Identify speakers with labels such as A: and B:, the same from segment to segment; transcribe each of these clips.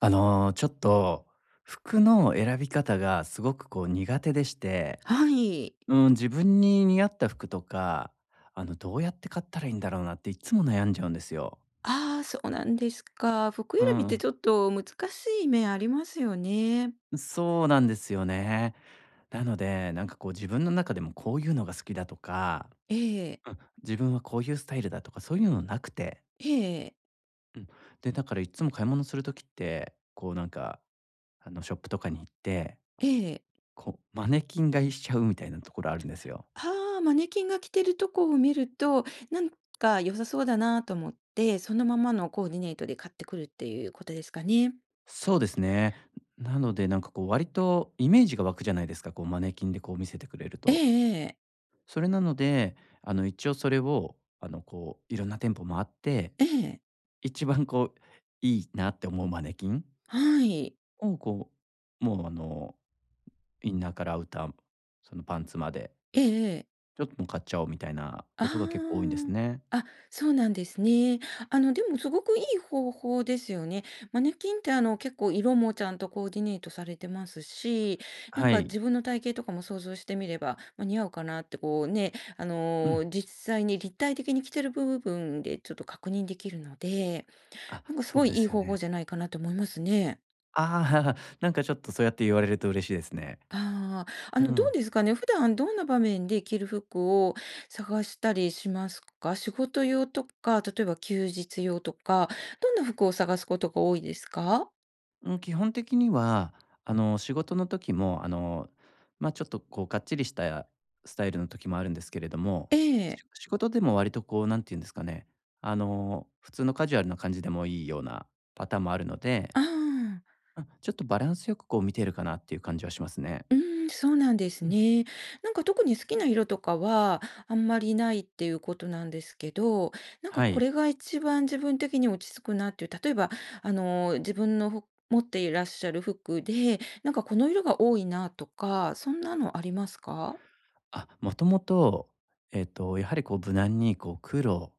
A: あの、ちょっと、服の選び方がすごく苦手でして、
B: はい。
A: うん、自分に似合った服とか、どうやって買ったらいいんだろうなっていつも悩んじゃうんですよ。
B: ああ、そうなんですか。服
A: う
B: 選びって
A: ん。
B: ちょっと難しい面ありますよね。
A: そうなんですよね。なので、なんか自分の中でもこういうのが好きだとか、
B: ええ、
A: うん、自分はこういうスタイルだとかそういうのなくて。
B: ええ、
A: うん。で、だからいつも買い物する時って、ショップとかに行って、
B: ええ。
A: こうマネキン買いしちゃうみたいなところあるんですよ。
B: ああ、マネキンが着てるとこを見ると、なん良さそうだなと思って、そのままのコーディネートで買ってくるっていうことですかね。
A: そうですね。なので、なんかこう割とイメージが湧くじゃないですか、こうマネキンでこう見せてくれる
B: ええ、
A: と。
B: ええ、
A: それなので、あの一応それをこういろんな店舗回って、
B: ええ、
A: 一番こういいなって思うマネキン
B: はい。
A: をこう、もうあのインナーからアウター、そのパンツまで、
B: ええええええはいえええ
A: ちょっともう買っちゃおうみたいなことが結構多いん
B: あ
A: ですね。
B: あ、あ、そうなんですね。でもすごくいい方法ですよね。マネキンって結構色もちゃんとコーディネートされてますし、
A: はい。
B: 自分の体型とかも想像してみれば、まあ、似合うかなってこうね、
A: うん。
B: 実際に立体的に着てる部分でちょっと確認できるので、
A: あ、
B: す
A: そ
B: ご
A: う
B: い
A: で
B: いい
A: すよ
B: 方法
A: ね。
B: じゃないかなと思いますね。
A: ああ、なんかちょっとそうやって言われると嬉しいですね。
B: ああ、
A: う
B: どう
A: ん。
B: ですかね。普段どんな場面で着る服を探したりしますか？仕事用とか、例えば休日用とか、どんな服を探すことが多いですか？
A: うん、基本的には、仕事の時も、まあ、ちょっとこうがっちりしたスタイルの時もあるんですけれども、
B: え
A: し
B: え。
A: 仕事でも割とこうなんていうんですかね、普通のカジュアルな感じでもいいようなパターンもあるので、
B: ああ。
A: うん、ちょっとバランスよくこう見てるかなっていう感じはしますね。
B: うーん、そうなんです
A: うん、
B: ね。特に好きな色とかはあんまりないっていうことなんですけど、
A: は
B: こ
A: い。
B: れが一番自分的に落ち着くなっていう、例えば、自分の服持っていらっしゃる服で、この色が多いなとか、そんなのありますか？
A: あ、もともと、やはりこう無難にこう黒、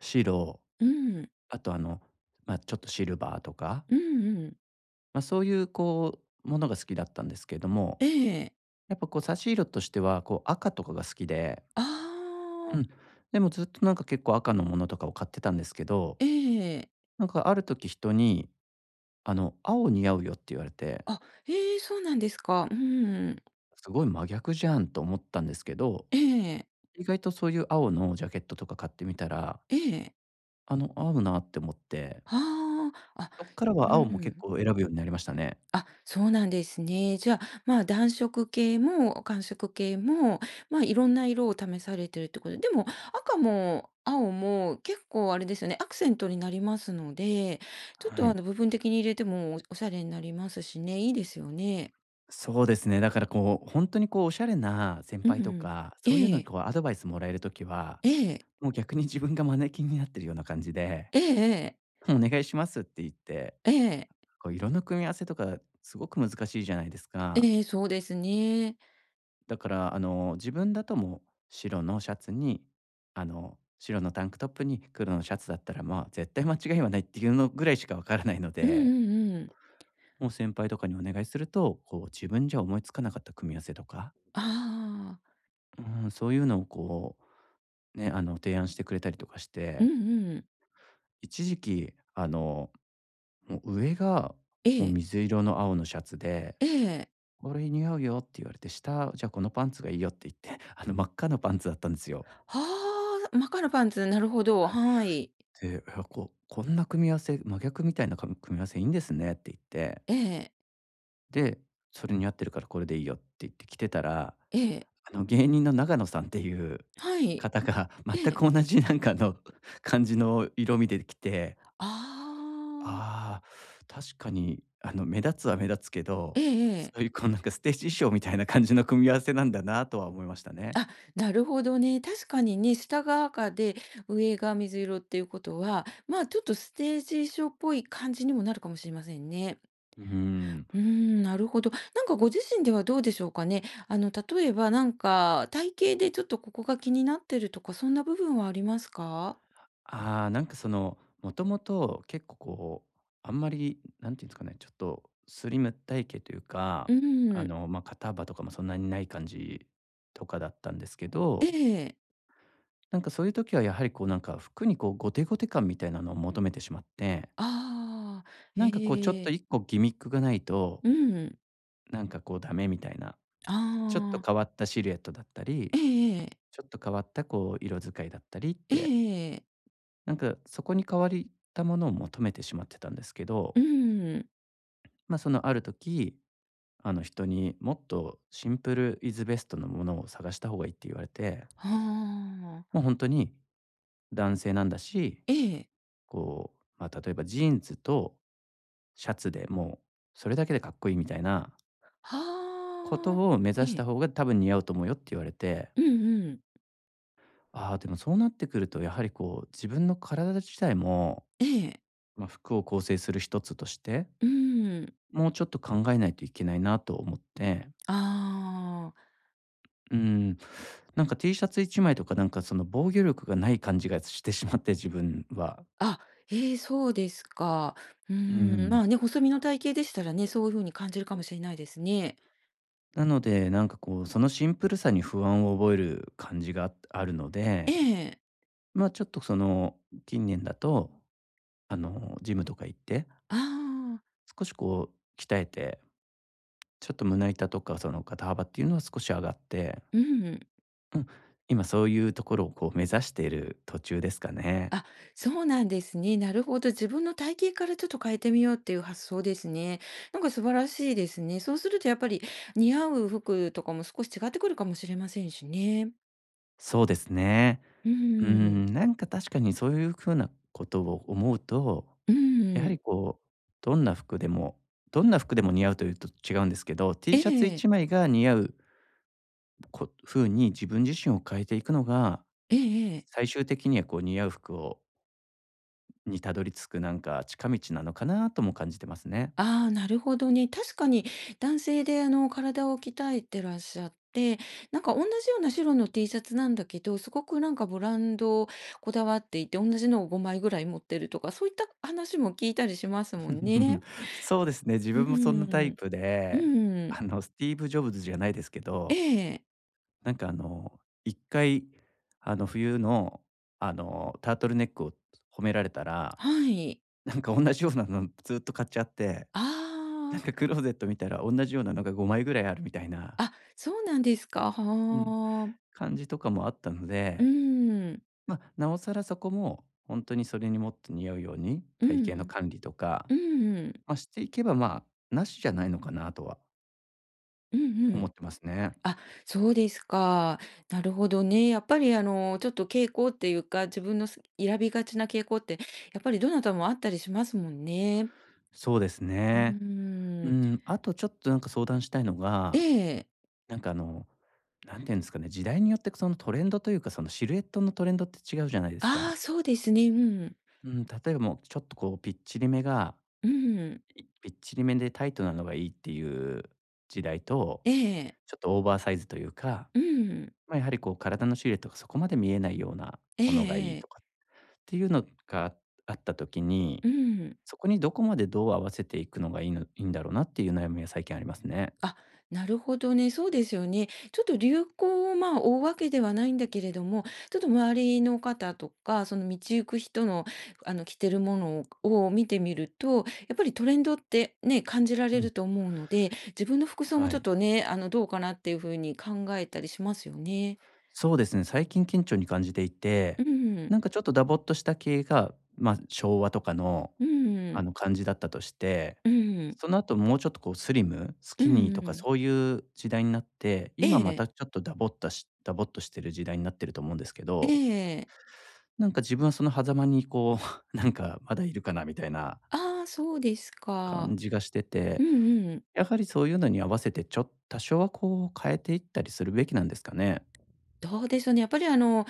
A: 白、
B: うん。
A: あと、まあ、ちょっとシルバーとか、
B: うんうん。
A: まあ、そういうこうものが好きだったんですけれども、
B: ええ。
A: やっぱこう差し色としては、こう赤とかが好きで。
B: あ
A: う
B: あ、
A: ん。でもずっとなんか結構赤のものとかを買ってたんですけど、
B: ええ。
A: なんかある時人に、青似合うよって言われて、
B: あ、ええ、そうなんですか。うん。
A: すごい真逆じゃんと思ったんですけど、
B: ええ。
A: 意外とそういう青のジャケットとか買ってみたら、
B: ええ。
A: 合うなって思って、
B: はあ。あ、
A: そっから
B: う
A: は青も結
B: ん。
A: 構選ぶようになりましたね。
B: あ、そうなんですね。じゃあ、まあ、暖色系も寒色系も、まあ、いろんな色を試されてるってことで、でも赤も青も結構あれですよね、アクセントになりますので、ちょっ
A: は
B: と
A: い。
B: 部分的に入れてもおおしゃれになりますしね、いいですよね。
A: そうですね。だからこう、本当にこうおしゃれな先
B: うん
A: 輩
B: う
A: と
B: ん。
A: か、そういう
B: え
A: のに
B: え、
A: こうアドバイスもらえる時は、
B: ええ、
A: もう逆に自分がマネキンになってるような感じで
B: ええ、
A: お願いしますって言って、
B: ええ、
A: こう色の組み合わせとかすごく難しいじゃないですか。
B: ええ、そうですね。
A: だから、自分だともう白のシャツに、白のタンクトップに黒のシャツだったら、まあ、絶対間違いはないっていうのぐらいしかわからないの
B: うんう
A: で、
B: んうん。
A: もう先輩とかにお願いすると、こう自分じゃ思いつかなかった組み合わせとか、
B: ああ、
A: うん、そういうのをこう、ね、提案してくれたりとかし
B: うん
A: て、
B: うん。
A: 一時期、もう上が
B: え
A: もう
B: え、
A: 水色の青のシャツで、
B: ええ。
A: 「これ似合うよ」って言われて、「下、じゃあこのパンツがいいよ」って言って、真っ赤なパンツだったんですよ。
B: はあ、マカラパンツ、なるほど、
A: はい。
B: はい。
A: で、「いや、こんな組み合わせ、真逆みたいな組み合わせいいんですね」って言って、
B: ええ、
A: で、「それに合ってるからこれでいいよ」って言って着てたら、
B: ええ、
A: 芸人の永野さんっていう
B: はい、
A: 方が
B: え
A: 全
B: え。
A: く同じ感じの色味で来て、
B: ああ、
A: ああ、確かに目立つは目立つけ
B: え
A: ど、
B: え
A: そ
B: え
A: うい
B: え。
A: うこうなんかステージ衣装みたいな感じの組み合わせなんだなとは思いましたね。
B: あ、なるほどね。確かにね、下が赤で、上が水色っていうことは、まあ、ちょっとステージ衣装っぽい感じにもなるかもしれませんね。
A: うーん。
B: うーん、なるほど。ご自身ではどうでしょうかね。例えば体型でちょっとここが気になってるとか、そんな部分はありますか？
A: あーなんかその、もともと結構こう、あんまり、なんていうんですかね、ちょっとスリム体型というか、
B: うん、
A: まあ、肩幅とかもそんなにない感じとかだったんですけ
B: え
A: ど、
B: え。
A: なんかそういう時はやはりこうなんか服にこうゴテゴテ感みたいなのを求めてしまって、
B: ああ、
A: なんかこうちょっ
B: え
A: と
B: え。
A: 一個ギミックがないと、
B: うん、
A: なんかこうダメみたいな、
B: あ
A: ちょっと
B: あ、
A: 変わったシルエットだった
B: え
A: り、
B: え。
A: ちょっと変わったこう色使いだったりっ
B: え
A: て、
B: えええ。
A: なんかそこに変わったものを求めてしまってたんですけど、
B: うん。
A: まあ、そのある時、あの人にもっとシンプルイズベストのものを探した方がいいって言われて、
B: は
A: もう
B: あ。
A: 本当に男性なんだし、
B: ええ。
A: こう、まあ、例えばジーンズとシャツでもうそれだけでかっこいいみたいなこと
B: はあ。
A: を目指し
B: え
A: た
B: え。
A: 方が多分似合うと思うよって言われて、
B: うんうん。
A: ああ、でもそうなってくるとやはりこう自分の体自体も、
B: ええ。
A: まあ、服を構成する一つとして、
B: うーん。
A: もうちょっと考えないといけないなと思って、
B: ああ。
A: うん。なんか T シャツ1枚とか、なんかその防御力がない感じがしてしまって、自分は。
B: あ、ええ、そうですか。う
A: う
B: ーん、ま
A: ん。
B: あね、細身の体型でしたらね、そういう風に感じるかもしれないですね。
A: なので、なんかこう、そのシンプルさに不安を覚える感じがあるの
B: え
A: で、
B: え。
A: まあ、ちょっとその、近年だと、ジムとか行って、
B: ああ。
A: 少しこう鍛えて、ちょっと胸板とかその肩幅っていうのは少し上がって、
B: うん。
A: うん、今そういうところをこう目指している途中ですかね。
B: あ、そうなんですね。なるほど。自分の体型からちょっと変えてみようっていう発想ですね。素晴らしいですね。そうするとやっぱり似合う服とかも少し違ってくるかもしれませんしね。
A: そうですね。
B: う
A: うー
B: ー
A: ん、
B: ん。
A: なんか確かにそういう風なことを思うと、
B: う
A: やは
B: ー
A: り
B: ん。
A: こう、どんな服でもどんな服でも似合うというと違うんですけど、T
B: え
A: シャツ
B: え。
A: 1枚が似合う風に自分自身を変えていくのが、
B: ええええ。
A: 最終的にはこう似合う服にたどり着くなんか近道なのかなとも感じてますね。
B: ああ、なるほどね。確かに男性で体を鍛えてらっしゃって、同じような白の T シャツなんだけど、すごくブランドこだわっていて、同じのを5枚ぐらい持ってるとか、そういった話も聞いたりしますもんね。
A: そうですね、自
B: うー
A: 分もそんなタイ
B: ん、
A: プ
B: う
A: で、
B: ーん、
A: あのスティーブ・ジョブズじゃないですけ
B: え
A: ど、
B: え、
A: なんかあの、一回、冬の、タートルネックを褒められたら、
B: はい。
A: なんか同じようなのずっと買っちゃって、な
B: あ
A: んかクローゼット見たら同じようなのが5枚ぐらいあるみたいな
B: あ、あ、そうなんですか。
A: うん、
B: はあ。
A: 感じとかもあったの
B: う
A: で、
B: ん、
A: まあ、なおさらそこも本当にそれにもっと似合うように、
B: う
A: 体型の
B: ん、
A: 管理とか、
B: うん、
A: まあ、していけば、まあ、なしじゃないのかなとは
B: うんう
A: 思っ
B: ん。
A: てますね。
B: あ、そうですか。なるほどね。やっぱりちょっと傾向っていうか、自分の選びがちな傾向って、やっぱりどなたもあったりしますもんね。
A: そうです
B: う
A: ね。う
B: ーん、
A: ん、あとちょっとなんか相談したいの
B: え
A: が
B: え、
A: なんかあの、なんて言うんですかね、時代によってそのトレンドというか、そのシルエットのトレンドって違うじゃないです
B: あ
A: か。
B: あ、そうですね。うん、
A: うん、例えばもうちょっとこうぴっちりめが、
B: うん、
A: ぴっちりめでタイトなのがいいっていう時代と、
B: ええ、
A: ちょっとオーバーサイズというか、
B: うん、
A: まあ、やはりこう体のシルエットがそこまで見えないような
B: ええ
A: ものがい
B: え
A: いと
B: え、
A: かっていうのがあった時に、
B: うん。
A: そこにどこまでどう合わせていくのがいいんだろうなっていう悩みは最近ありますね。
B: あ、なるほどね、そうですよね。ちょっと流行を、まあ、追うわけではないんだけれども、ちょっと周りの方とか、その道行く人の、着てるものを見てみると、やっぱりトレンドってね、感じら
A: う
B: れる
A: ん。
B: と思うので、自分の服装も
A: は
B: ちょっ
A: い。
B: とね、どうかなっていう風に考えたりしますよね。
A: そうですね、最近顕著に感じていて、
B: うん、
A: なんかちょっとダボっとした系が、まあ、昭和とかの、
B: うん、
A: 感じだったとして、
B: うん、
A: その後もうちょっとこうスリム、ス
B: う
A: キニーとか
B: ん。
A: そういう時代になって、
B: え
A: 今ま
B: え、
A: たちょっとダボっとしてる時代になってると思うんですけ
B: え
A: ど、
B: え。
A: なんか自分はその狭間にこう、なんかまだいるかなみたいな
B: ああ、そうですか。
A: 感じがして
B: う
A: て、
B: んうん。
A: やはりそういうのに合わせてちょっと多少はこう変えていったりするべきなんですかね？
B: どうでしょうね。やっぱり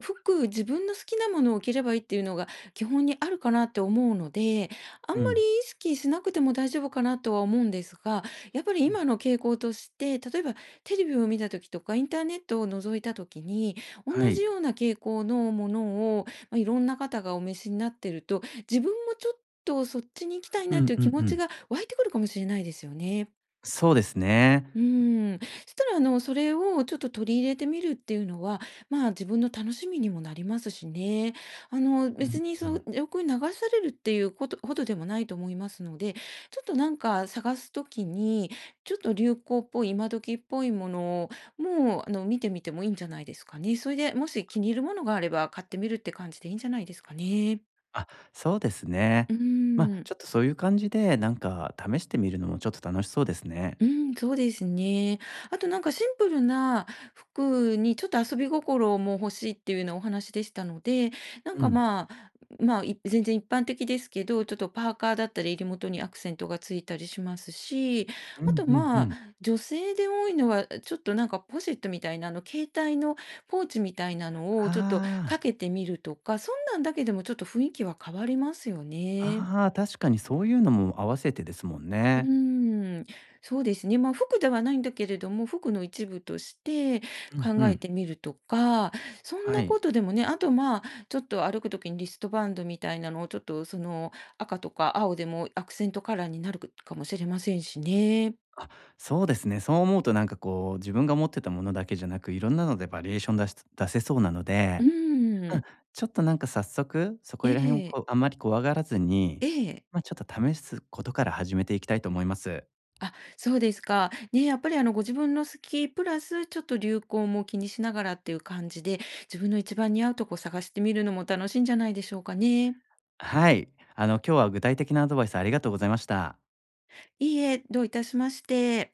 B: 服、自分の好きなものを着ればいいっていうのが基本にあるかなって思うので、あん
A: う
B: まり
A: ん、
B: 意識しなくても大丈夫かなとは思うんですが、やっぱり
A: う
B: 今
A: ん、
B: の傾向として、例えばテレビを見た時とか、インターネットを覗いた時に、同
A: は
B: じ
A: い。
B: ような傾向のものを、まあ、いろんな方がお召しになってると、自分もちょっとそっちに行きたい
A: う
B: なって
A: ん
B: いう
A: う
B: 気
A: ん
B: 持
A: う
B: ち
A: ん。
B: が湧いてくるかもしれないですよね。
A: そうですね。
B: うーん。そしたら、それをちょっと取り入れてみるっていうのは、まあ、自分の楽しみにもなりますしね。
A: う
B: 別
A: ん
B: に
A: う
B: そ
A: ん。
B: う、欲に流されるっていうことほどでもないと思いますので、ちょっと探すときに、ちょっと流行っぽい、今時っぽいものを、もう、見てみてもいいんじゃないですかね。それで、もし気に入るものがあれば買ってみるって感じでいいんじゃないですかね。
A: あ、そうですね。
B: う
A: まあ、
B: ーん。
A: ちょっとそういう感じで、なんか試してみるのもちょっと楽しそうですね。
B: うん、そうですね。あとシンプルな服にちょっと遊び心も欲しいっていうようなお話でしたので、なん
A: う
B: か
A: ん。
B: まあ、まあ、全然一般的ですけど、ちょっとパーカーだったり襟元にアクセントがついたりしますし、
A: うん、
B: あと
A: うんう
B: まあ、
A: ん。
B: 女性で多いのは、ちょっとポシェットみたいな、携帯のポーチみたいなのをちょっとか
A: あ
B: けてみるとか、そんなんだけでもちょっと雰囲気は変わりますよね。
A: あ、ああ、確かにそういうのも合わせてですもん
B: う
A: ね。
B: ーん、そうですね。まあ、服ではないんだけれども、服の一部として
A: うんう
B: 考えて
A: ん。
B: みるとか、そん
A: は
B: な
A: い。
B: ことでもね、あと、まあ、ちょっと歩くときにリストバンドみたいなのを、ちょっと、その、赤とか青でもアクセントカラーになるかもしれませんしね。
A: そうですね、そう思うとなんかこう、自分が持ってたものだけじゃなく、いろんなのでバリエーション出せそうなの
B: う
A: で、
B: ー
A: うん、
B: ん。
A: ちょっとなんか早速、そこ
B: え
A: ら辺を
B: え、
A: こう、あんまり怖がらずに、
B: ええ。
A: まあ、ちょっと試すことから始めていきたいと思います。
B: あ、そうですか。ね、やっぱり、ご自分の好きプラス、ちょっと流行も気にしながらっていう感じで、自分の一番似合うとこ探してみるのも楽しいんじゃないでしょうかね。
A: はい。今日は具体的なアドバイスありがとうございました。
B: いいえ、どういたしまして。